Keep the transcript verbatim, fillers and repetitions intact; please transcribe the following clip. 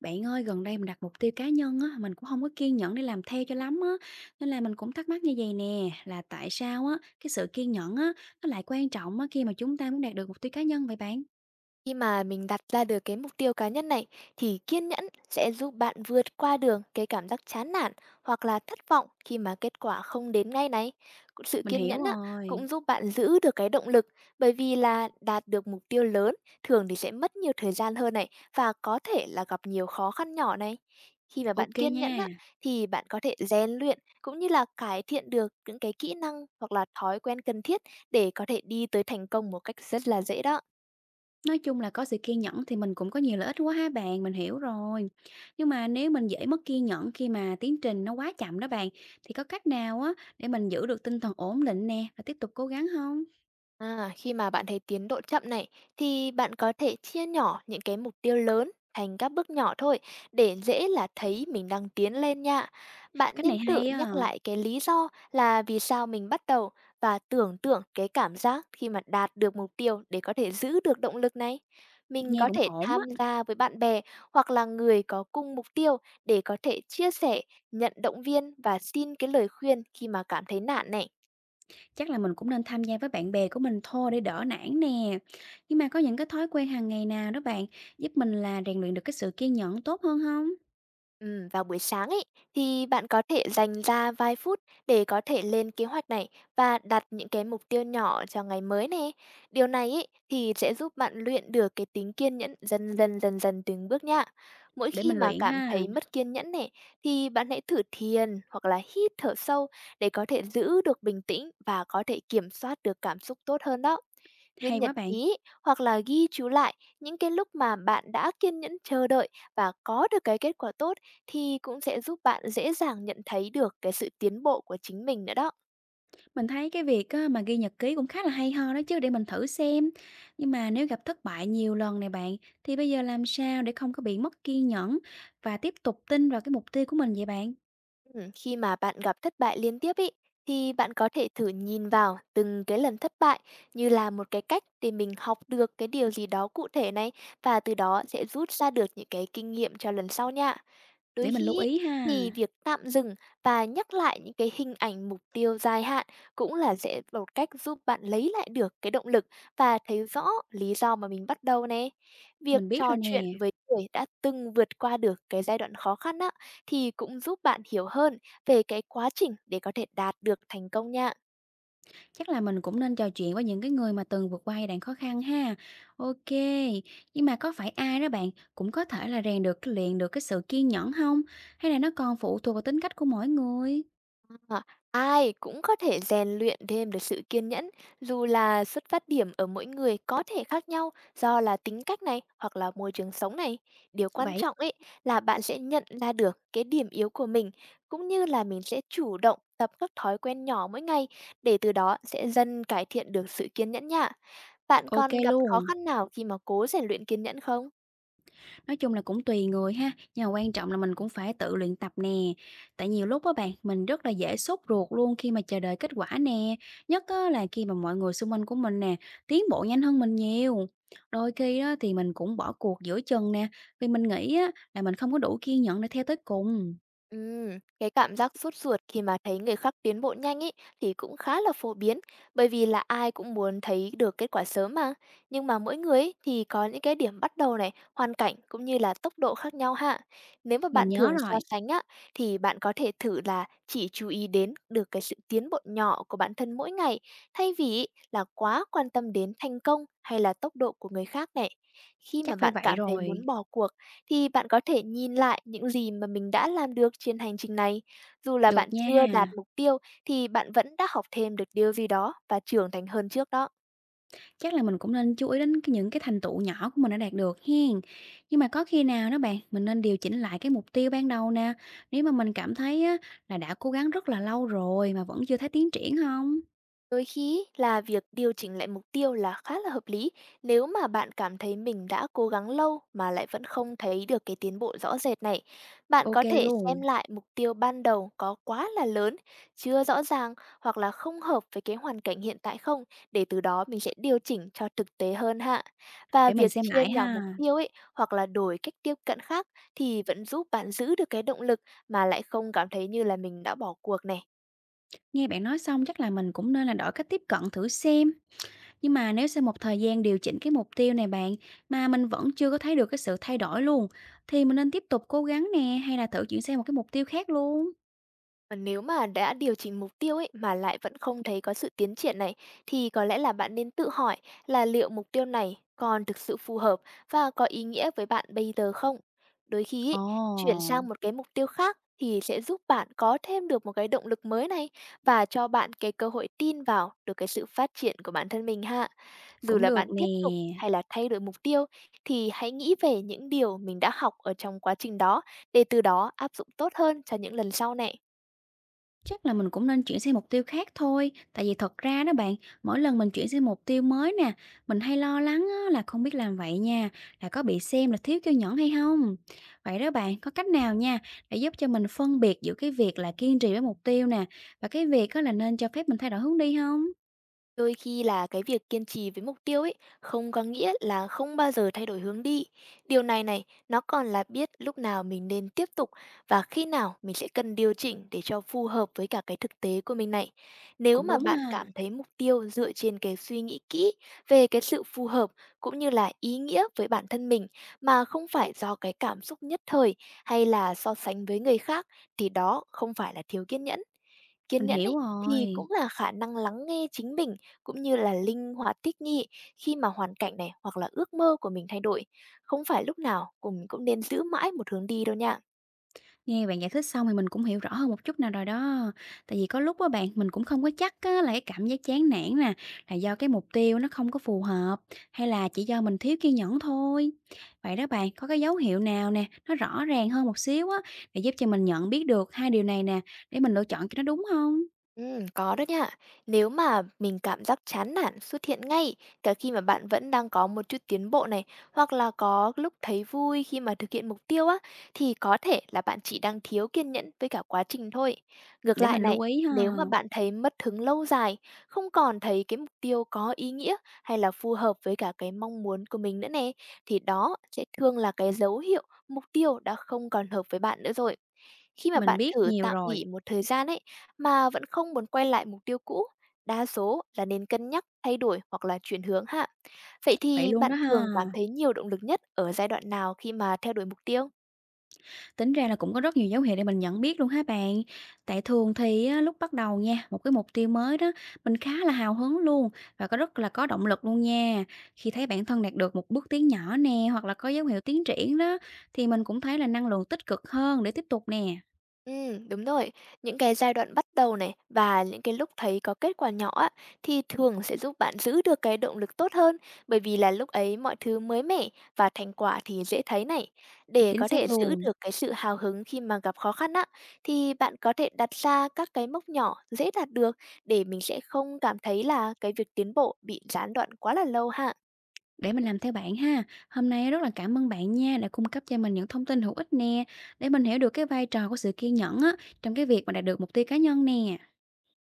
Bạn ơi, gần đây mình đặt mục tiêu cá nhân á, mình cũng không có kiên nhẫn để làm theo cho lắm á, nên là mình cũng thắc mắc như vậy nè, là tại sao á, cái sự kiên nhẫn á, nó lại quan trọng á khi mà chúng ta muốn đạt được mục tiêu cá nhân vậy bạn? Khi mà mình đặt ra được cái mục tiêu cá nhân này thì kiên nhẫn sẽ giúp bạn vượt qua được cái cảm giác chán nản hoặc là thất vọng khi mà kết quả không đến ngay này. Cũng- Sự Mình kiên hiểu nhẫn á, cũng rồi, giúp bạn giữ được cái động lực, bởi vì là đạt được mục tiêu lớn thường thì sẽ mất nhiều thời gian hơn này và có thể là gặp nhiều khó khăn nhỏ này. Khi mà bạn ok kiên nhẫn nha. á, thì bạn có thể rèn luyện cũng như là cải thiện được những cái kỹ năng hoặc là thói quen cần thiết để có thể đi tới thành công một cách rất là dễ đó. Nói chung là có sự kiên nhẫn thì mình cũng có nhiều lợi ích quá ha bạn, mình hiểu rồi. Nhưng mà nếu mình dễ mất kiên nhẫn khi mà tiến trình nó quá chậm đó bạn, thì có cách nào á để mình giữ được tinh thần ổn định nè và tiếp tục cố gắng không? À, khi mà bạn thấy tiến độ chậm này thì bạn có thể chia nhỏ những cái mục tiêu lớn thành các bước nhỏ thôi để dễ là thấy mình đang tiến lên nha. Bạn Cách nên này tự hay á, nhắc lại cái lý do là vì sao mình bắt đầu và tưởng tượng cái cảm giác khi mà đạt được mục tiêu để có thể giữ được động lực này. Mình nghe có cũng thể ổn tham á. gia với bạn bè hoặc là người có cùng mục tiêu để có thể chia sẻ, nhận động viên và xin cái lời khuyên khi mà cảm thấy nản này. Chắc là mình cũng nên tham gia với bạn bè của mình thôi để đỡ nản nè. Nhưng mà có những cái thói quen hàng ngày nào đó bạn giúp mình là rèn luyện được cái sự kiên nhẫn tốt hơn không? Ừm, vào buổi sáng ấy thì bạn có thể dành ra vài phút để có thể lên kế hoạch này và đặt những cái mục tiêu nhỏ cho ngày mới này. Điều này ấy thì sẽ giúp bạn luyện được cái tính kiên nhẫn dần dần dần dần từng bước nha. Mỗi Để khi mình mà luyện cảm ha. thấy mất kiên nhẫn này thì bạn hãy thử thiền hoặc là hít thở sâu để có thể giữ được bình tĩnh và có thể kiểm soát được cảm xúc tốt hơn đó. Viết Hay nhật quá bạn. ký hoặc là ghi chú lại những cái lúc mà bạn đã kiên nhẫn chờ đợi và có được cái kết quả tốt thì cũng sẽ giúp bạn dễ dàng nhận thấy được cái sự tiến bộ của chính mình nữa đó. Mình thấy cái việc á, mà ghi nhật ký cũng khá là hay ho đó chứ, để mình thử xem. Nhưng mà nếu gặp thất bại nhiều lần này bạn, thì bây giờ làm sao để không có bị mất kiên nhẫn và tiếp tục tin vào cái mục tiêu của mình vậy bạn? Ừm, khi mà bạn gặp thất bại liên tiếp ý, thì bạn có thể thử nhìn vào từng cái lần thất bại như là một cái cách để mình học được cái điều gì đó cụ thể này và từ đó sẽ rút ra được những cái kinh nghiệm cho lần sau nha. Để Đôi mình lưu khi ấy, ý ha. thì việc tạm dừng và nhắc lại những cái hình ảnh mục tiêu dài hạn cũng là sẽ một cách giúp bạn lấy lại được cái động lực và thấy rõ lý do mà mình bắt đầu nè. Việc Mình biết trò rồi chuyện nè. với người đã từng vượt qua được cái giai đoạn khó khăn á, thì cũng giúp bạn hiểu hơn về cái quá trình để có thể đạt được thành công nha. Chắc là mình cũng nên trò chuyện với những cái người mà từng vượt qua giai đoạn khó khăn ha. OK, nhưng mà có phải ai đó bạn cũng có thể là rèn được cái luyện được cái sự kiên nhẫn không? Hay là nó còn phụ thuộc vào tính cách của mỗi người? Ờ, ai cũng có thể rèn luyện thêm được sự kiên nhẫn, dù là xuất phát điểm ở mỗi người có thể khác nhau do là tính cách này hoặc là môi trường sống này. Điều quan Vậy trọng ấy là bạn sẽ nhận ra được cái điểm yếu của mình cũng như là mình sẽ chủ động tập các thói quen nhỏ mỗi ngày để từ đó sẽ dần cải thiện được sự kiên nhẫn nha. Bạn OK còn gặp khó luôn. khăn nào khi mà cố rèn luyện kiên nhẫn không? Nói chung là cũng tùy người ha, nhưng mà quan trọng là mình cũng phải tự luyện tập nè. Tại nhiều lúc á bạn, mình rất là dễ sốt ruột luôn khi mà chờ đợi kết quả nè. Nhất á, là khi mà mọi người xung quanh của mình nè, tiến bộ nhanh hơn mình nhiều. Đôi khi đó thì mình cũng bỏ cuộc giữa chừng nè, vì mình nghĩ á, là mình không có đủ kiên nhẫn để theo tới cùng. Ừm, cái cảm giác sốt ruột khi mà thấy người khác tiến bộ nhanh ý, thì cũng khá là phổ biến, bởi vì là ai cũng muốn thấy được kết quả sớm mà. Nhưng mà mỗi người ý, thì có những cái điểm bắt đầu này, hoàn cảnh cũng như là tốc độ khác nhau ha. Nếu mà Mình bạn nhớ thường so rồi, sánh á thì bạn có thể thử là chỉ chú ý đến được cái sự tiến bộ nhỏ của bản thân mỗi ngày, thay vì ý là quá quan tâm đến thành công hay là tốc độ của người khác này. Khi mà chắc phải bạn vậy cảm thấy muốn rồi. bỏ cuộc thì bạn có thể nhìn lại những gì mà mình đã làm được trên hành trình này. Dù là Được bạn chưa đạt nha. mục tiêu thì bạn vẫn đã học thêm được điều gì đó và trưởng thành hơn trước đó. Chắc là mình cũng nên chú ý đến cái những cái thành tựu nhỏ của mình đã đạt được hen. Nhưng mà có khi nào đó bạn, mình nên điều chỉnh lại cái mục tiêu ban đầu nè, nếu mà mình cảm thấy á, là đã cố gắng rất là lâu rồi mà vẫn chưa thấy tiến triển không? Đôi khi là việc điều chỉnh lại mục tiêu là khá là hợp lý, nếu mà bạn cảm thấy mình đã cố gắng lâu mà lại vẫn không thấy được cái tiến bộ rõ rệt này. Bạn Ok có thể xem luôn, lại mục tiêu ban đầu có quá là lớn, chưa rõ ràng hoặc là không hợp với cái hoàn cảnh hiện tại không, để từ đó mình sẽ điều chỉnh cho thực tế hơn hạ. Và để mình việc xem chia lại nhỏ mục ha. tiêu ấy hoặc là đổi cách tiếp cận khác thì vẫn giúp bạn giữ được cái động lực mà lại không cảm thấy như là mình đã bỏ cuộc này. Nghe bạn nói xong chắc là mình cũng nên là đổi cách tiếp cận thử xem. Nhưng mà nếu sau một thời gian điều chỉnh cái mục tiêu này bạn, mà mình vẫn chưa có thấy được cái sự thay đổi luôn, thì mình nên tiếp tục cố gắng nè, hay là thử chuyển sang một cái mục tiêu khác luôn? Còn nếu mà đã điều chỉnh mục tiêu ấy mà lại vẫn không thấy có sự tiến triển này, thì có lẽ là bạn nên tự hỏi là liệu mục tiêu này còn thực sự phù hợp và có ý nghĩa với bạn bây giờ không? Đôi khi ấy, Ồ, chuyển sang một cái mục tiêu khác thì sẽ giúp bạn có thêm được một cái động lực mới này và cho bạn cái cơ hội tin vào được cái sự phát triển của bản thân mình ha. Dù cũng là được bạn nè. tiếp tục hay là thay đổi mục tiêu thì hãy nghĩ về những điều mình đã học ở trong quá trình đó, để từ đó áp dụng tốt hơn cho những lần sau này. Chắc là mình cũng nên chuyển sang mục tiêu khác thôi, tại vì thật ra đó bạn, mỗi lần mình chuyển sang mục tiêu mới nè, mình hay lo lắng á, là không biết làm vậy nha, là có bị xem là thiếu kiêu nhẫn hay không. Vậy đó bạn, có cách nào nha để giúp cho mình phân biệt giữa cái việc là kiên trì với mục tiêu nè và cái việc á, là nên cho phép mình thay đổi hướng đi không? Đôi khi là cái việc kiên trì với mục tiêu ấy không có nghĩa là không bao giờ thay đổi hướng đi. Điều này này, nó còn là biết lúc nào mình nên tiếp tục và khi nào mình sẽ cần điều chỉnh để cho phù hợp với cả cái thực tế của mình này. Nếu Cũng mà đúng bạn ha, cảm thấy mục tiêu dựa trên cái suy nghĩ kỹ về cái sự phù hợp cũng như là ý nghĩa với bản thân mình, mà không phải do cái cảm xúc nhất thời hay là so sánh với người khác, thì đó không phải là thiếu kiên nhẫn. Kiên mình nhẫn ý, hiểu thì cũng rồi. là khả năng lắng nghe chính mình cũng như là linh hoạt thích nghi khi mà hoàn cảnh này hoặc là ước mơ của mình thay đổi. Không phải lúc nào cùng mình cũng nên giữ mãi một hướng đi đâu nha. Nghe bạn giải thích xong thì mình cũng hiểu rõ hơn một chút nào rồi đó. Tại vì có lúc á bạn, mình cũng không có chắc á, là cái cảm giác chán nản nè, là do cái mục tiêu nó không có phù hợp, hay là chỉ do mình thiếu kiên nhẫn thôi. Vậy đó bạn, có cái dấu hiệu nào nè, nó rõ ràng hơn một xíu á, để giúp cho mình nhận biết được hai điều này nè, để mình lựa chọn cho nó đúng không? Ừm, có đó nha. Nếu mà mình cảm giác chán nản xuất hiện ngay cả khi mà bạn vẫn đang có một chút tiến bộ này, hoặc là có lúc thấy vui khi mà thực hiện mục tiêu á, thì có thể là bạn chỉ đang thiếu kiên nhẫn với cả quá trình thôi. Ngược Để lại mình này, lưu ý ha. nếu mà bạn thấy mất hứng lâu dài, không còn thấy cái mục tiêu có ý nghĩa hay là phù hợp với cả cái mong muốn của mình nữa nè, thì đó sẽ thường là cái dấu hiệu mục tiêu đã không còn hợp với bạn nữa rồi. Khi mà Mình bạn biết thử nhiều tạm rồi, nghỉ một thời gian ấy mà vẫn không muốn quay lại mục tiêu cũ, đa số là nên cân nhắc thay đổi hoặc là chuyển hướng ha. Vậy vậy thì luôn bạn đó ha. thường cảm thấy nhiều động lực nhất ở giai đoạn nào khi mà theo đuổi mục tiêu? Tính ra là cũng có rất nhiều dấu hiệu để mình nhận biết luôn hả bạn? Tại thường thì á, lúc bắt đầu nha, một cái mục tiêu mới đó, mình khá là hào hứng luôn và có rất là có động lực luôn nha. Khi thấy bản thân đạt được một bước tiến nhỏ nè, hoặc là có dấu hiệu tiến triển đó, thì mình cũng thấy là năng lượng tích cực hơn để tiếp tục nè. Ừ, đúng rồi. Những cái giai đoạn bắt đầu này và những cái lúc thấy có kết quả nhỏ á, thì thường sẽ giúp bạn giữ được cái động lực tốt hơn, bởi vì là lúc ấy mọi thứ mới mẻ và thành quả thì dễ thấy này. Để Chính có thể xác giữ luôn. được cái sự hào hứng khi mà gặp khó khăn á, thì bạn có thể đặt ra các cái mốc nhỏ dễ đạt được để mình sẽ không cảm thấy là cái việc tiến bộ bị gián đoạn quá là lâu ha. Để mình làm theo bạn ha. Hôm nay rất là cảm ơn bạn nha đã cung cấp cho mình những thông tin hữu ích nè, để mình hiểu được cái vai trò của sự kiên nhẫn á, trong cái việc mà đạt được mục tiêu cá nhân nè.